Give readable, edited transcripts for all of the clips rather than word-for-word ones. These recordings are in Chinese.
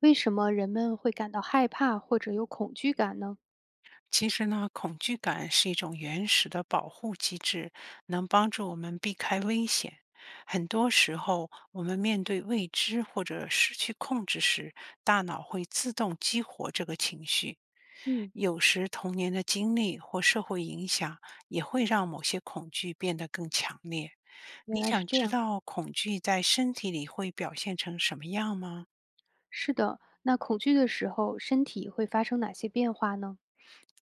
为什么人们会感到害怕或者有恐惧感呢？其实呢，恐惧感是一种原始的保护机制，能帮助我们避开危险。很多时候，我们面对未知或者失去控制时，大脑会自动激活这个情绪。嗯，有时，童年的经历或社会影响也会让某些恐惧变得更强烈。原你来是想这知样，道恐惧在身体里会表现成什么样吗？是的，那恐惧的时候，身体会发生哪些变化呢？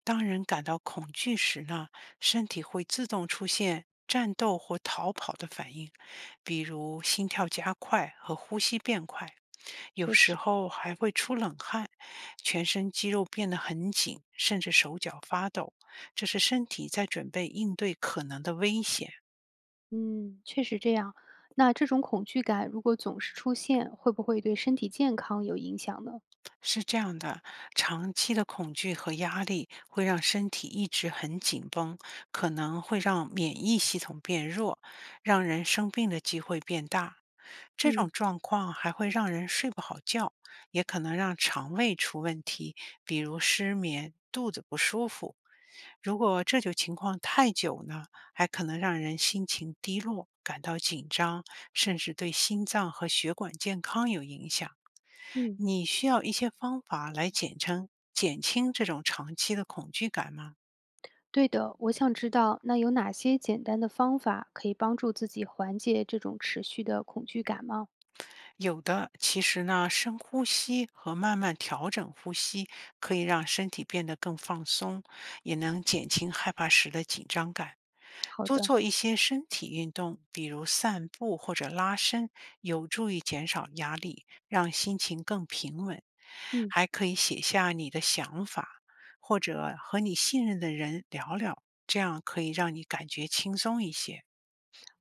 当人感到恐惧时呢，身体会自动出现战斗或逃跑的反应，比如心跳加快和呼吸变快，有确时实，候还会出冷汗，全身肌肉变得很紧，甚至手脚发抖。这是身体在准备应对可能的危险。嗯，确实这样。那这种恐惧感如果总是出现，会不会对身体健康有影响呢？是这样的，长期的恐惧和压力会让身体一直很紧绷，可能会让免疫系统变弱，让人生病的机会变大。这种嗯状况还会让人睡不好觉，也可能让肠胃出问题，比如失眠、肚子不舒服。如果这种情况太久呢，还可能让人心情低落、感到紧张，甚至对心脏和血管健康有影响。嗯，你需要一些方法来减轻这种长期的恐惧感吗？对的，我想知道，那有哪些简单的方法可以帮助自己缓解这种持续的恐惧感吗？有的，其实呢，深呼吸和慢慢调整呼吸，可以让身体变得更放松，也能减轻害怕时的紧张感。好多的，做一些身体运动，比如散步或者拉伸，有助于减少压力，让心情更平稳。嗯。还可以写下你的想法，或者和你信任的人聊聊，这样可以让你感觉轻松一些。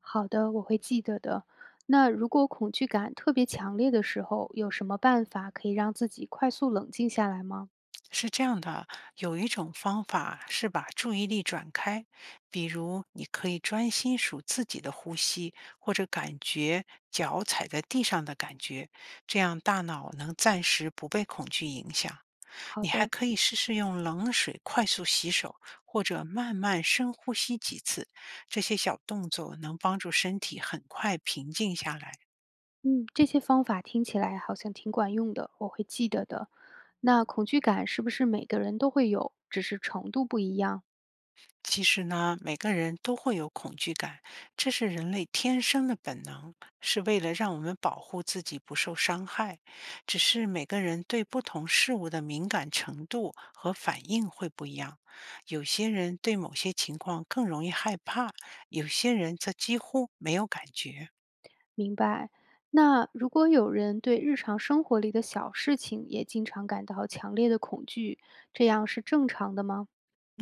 好的，我会记得的。那如果恐惧感特别强烈的时候，有什么办法可以让自己快速冷静下来吗？是这样的，有一种方法是把注意力转开，比如你可以专心数自己的呼吸，或者感觉脚踩在地上的感觉，这样大脑能暂时不被恐惧影响。好你还的，可以试试用冷水快速洗手，或者慢慢深呼吸几次，这些小动作能帮助身体很快平静下来。嗯，这些方法听起来好像挺管用的，我会记得的。那恐惧感是不是每个人都会有，只是程度不一样？其实呢，每个人都会有恐惧感，这是人类天生的本能，是为了让我们保护自己不受伤害。只是每个人对不同事物的敏感程度和反应会不一样，有些人对某些情况更容易害怕，有些人则几乎没有感觉。明白。那如果有人对日常生活里的小事情也经常感到强烈的恐惧，这样是正常的吗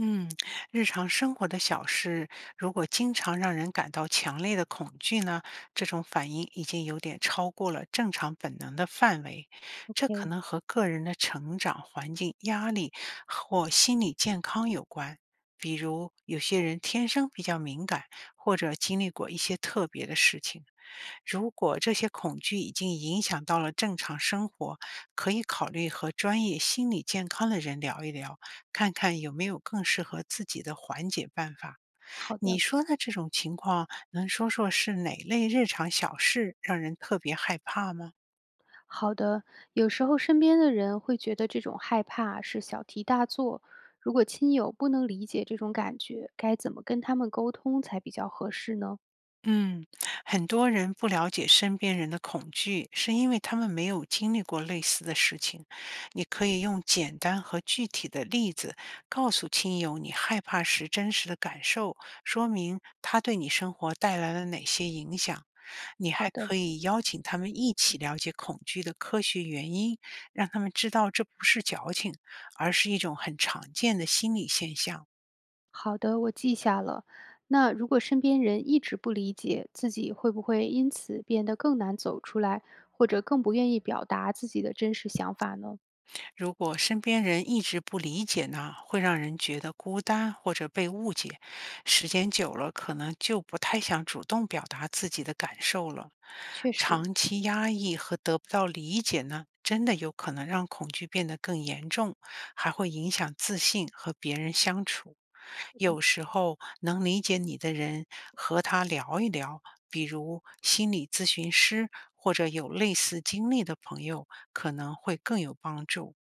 嗯，日常生活的小事，如果经常让人感到强烈的恐惧呢，这种反应已经有点超过了正常本能的范围。这可？OK，能和个人的成长环境、压力或心理健康有关。比如，有些人天生比较敏感，或者经历过一些特别的事情。如果这些恐惧已经影响到了正常生活，可以考虑和专业心理健康的人聊一聊。看看有没有更适合自己的缓解办法。好你的。说的这种情况，能说说是哪类日常小事让人特别害怕吗？好的，有时候身边的人会觉得这种害怕是小题大做。如果亲友不能理解这种感觉，该怎么跟他们沟通才比较合适呢？嗯，很多人不了解身边人的恐惧，是因为他们没有经历过类似的事情。你可以用简单和具体的例子告诉亲友你害怕时真实的感受，说明他对你生活带来了哪些影响。你还好的，可以邀请他们一起了解恐惧的科学原因，让他们知道这不是矫情，而是一种很常见的心理现象。好的，我记下了。那如果身边人一直不理解，自己会不会因此变得更难走出来，或者更不愿意表达自己的真实想法呢？如果身边人一直不理解呢，会让人觉得孤单或者被误解，时间久了可能就不太想主动表达自己的感受了。确实，长期压抑和得不到理解呢，真的有可能让恐惧变得更严重，还会影响自信和别人相处。有时候能理解你的人，和他聊一聊，比如心理咨询师或者有类似经历的朋友，可能会更有帮助。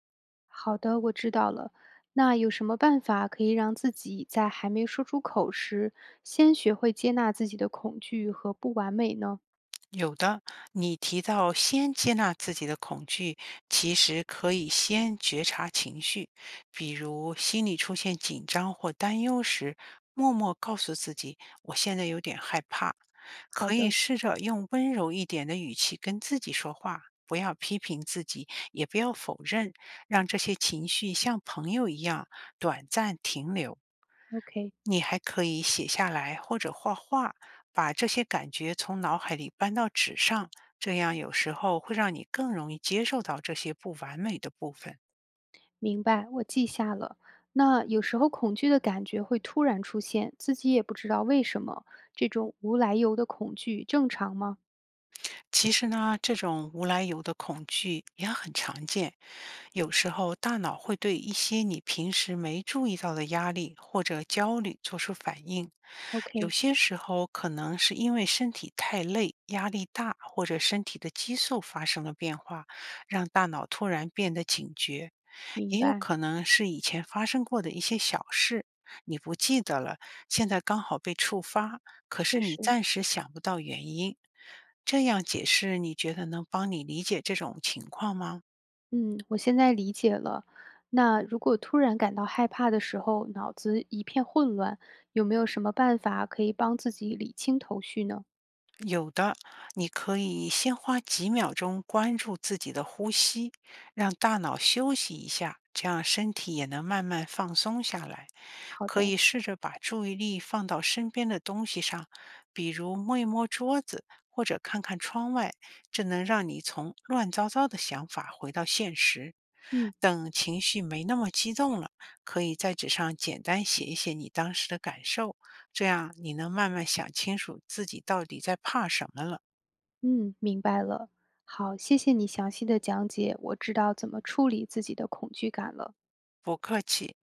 好的，我知道了。那有什么办法可以让自己在还没说出口时，先学会接纳自己的恐惧和不完美呢？有的，你提到先接纳自己的恐惧，其实可以先觉察情绪，比如心里出现紧张或担忧时，默默告诉自己：“我现在有点害怕。”好可以的试着用温柔一点的语气跟自己说话，不要批评自己，也不要否认，让这些情绪像朋友一样短暂停留。，OK，你还可以写下来或者画画，把这些感觉从脑海里搬到纸上，这样有时候会让你更容易接受到这些不完美的部分。明白，我记下了。那有时候恐惧的感觉会突然出现，自己也不知道为什么，这种无来由的恐惧正常吗其实呢，这种无来由的恐惧也很常见。有时候，大脑会对一些你平时没注意到的压力或者焦虑做出反应。有？OK，些时候，可能是因为身体太累、压力大，或者身体的激素发生了变化，让大脑突然变得警觉。明也有白，可能是以前发生过的一些小事，你不记得了，现在刚好被触发，可是确你实。暂时想不到原因。这样解释，你觉得能帮你理解这种情况吗？嗯，我现在理解了。那如果突然感到害怕的时候，脑子一片混乱，有没有什么办法可以帮自己理清头绪呢？有的，你可以先花几秒钟关注自己的呼吸，让大脑休息一下，这样身体也能慢慢放松下来。好可的，以试着把注意力放到身边的东西上，比如摸一摸桌子，或者看看窗外，这能让你从乱糟糟的想法回到现实。嗯等情绪没那么激动了，可以在纸上简单写一写你当时的感受，这样你能慢慢想清楚自己到底在怕什么了。嗯，明白了。好，谢谢你详细的讲解，我知道怎么处理自己的恐惧感了。不客气。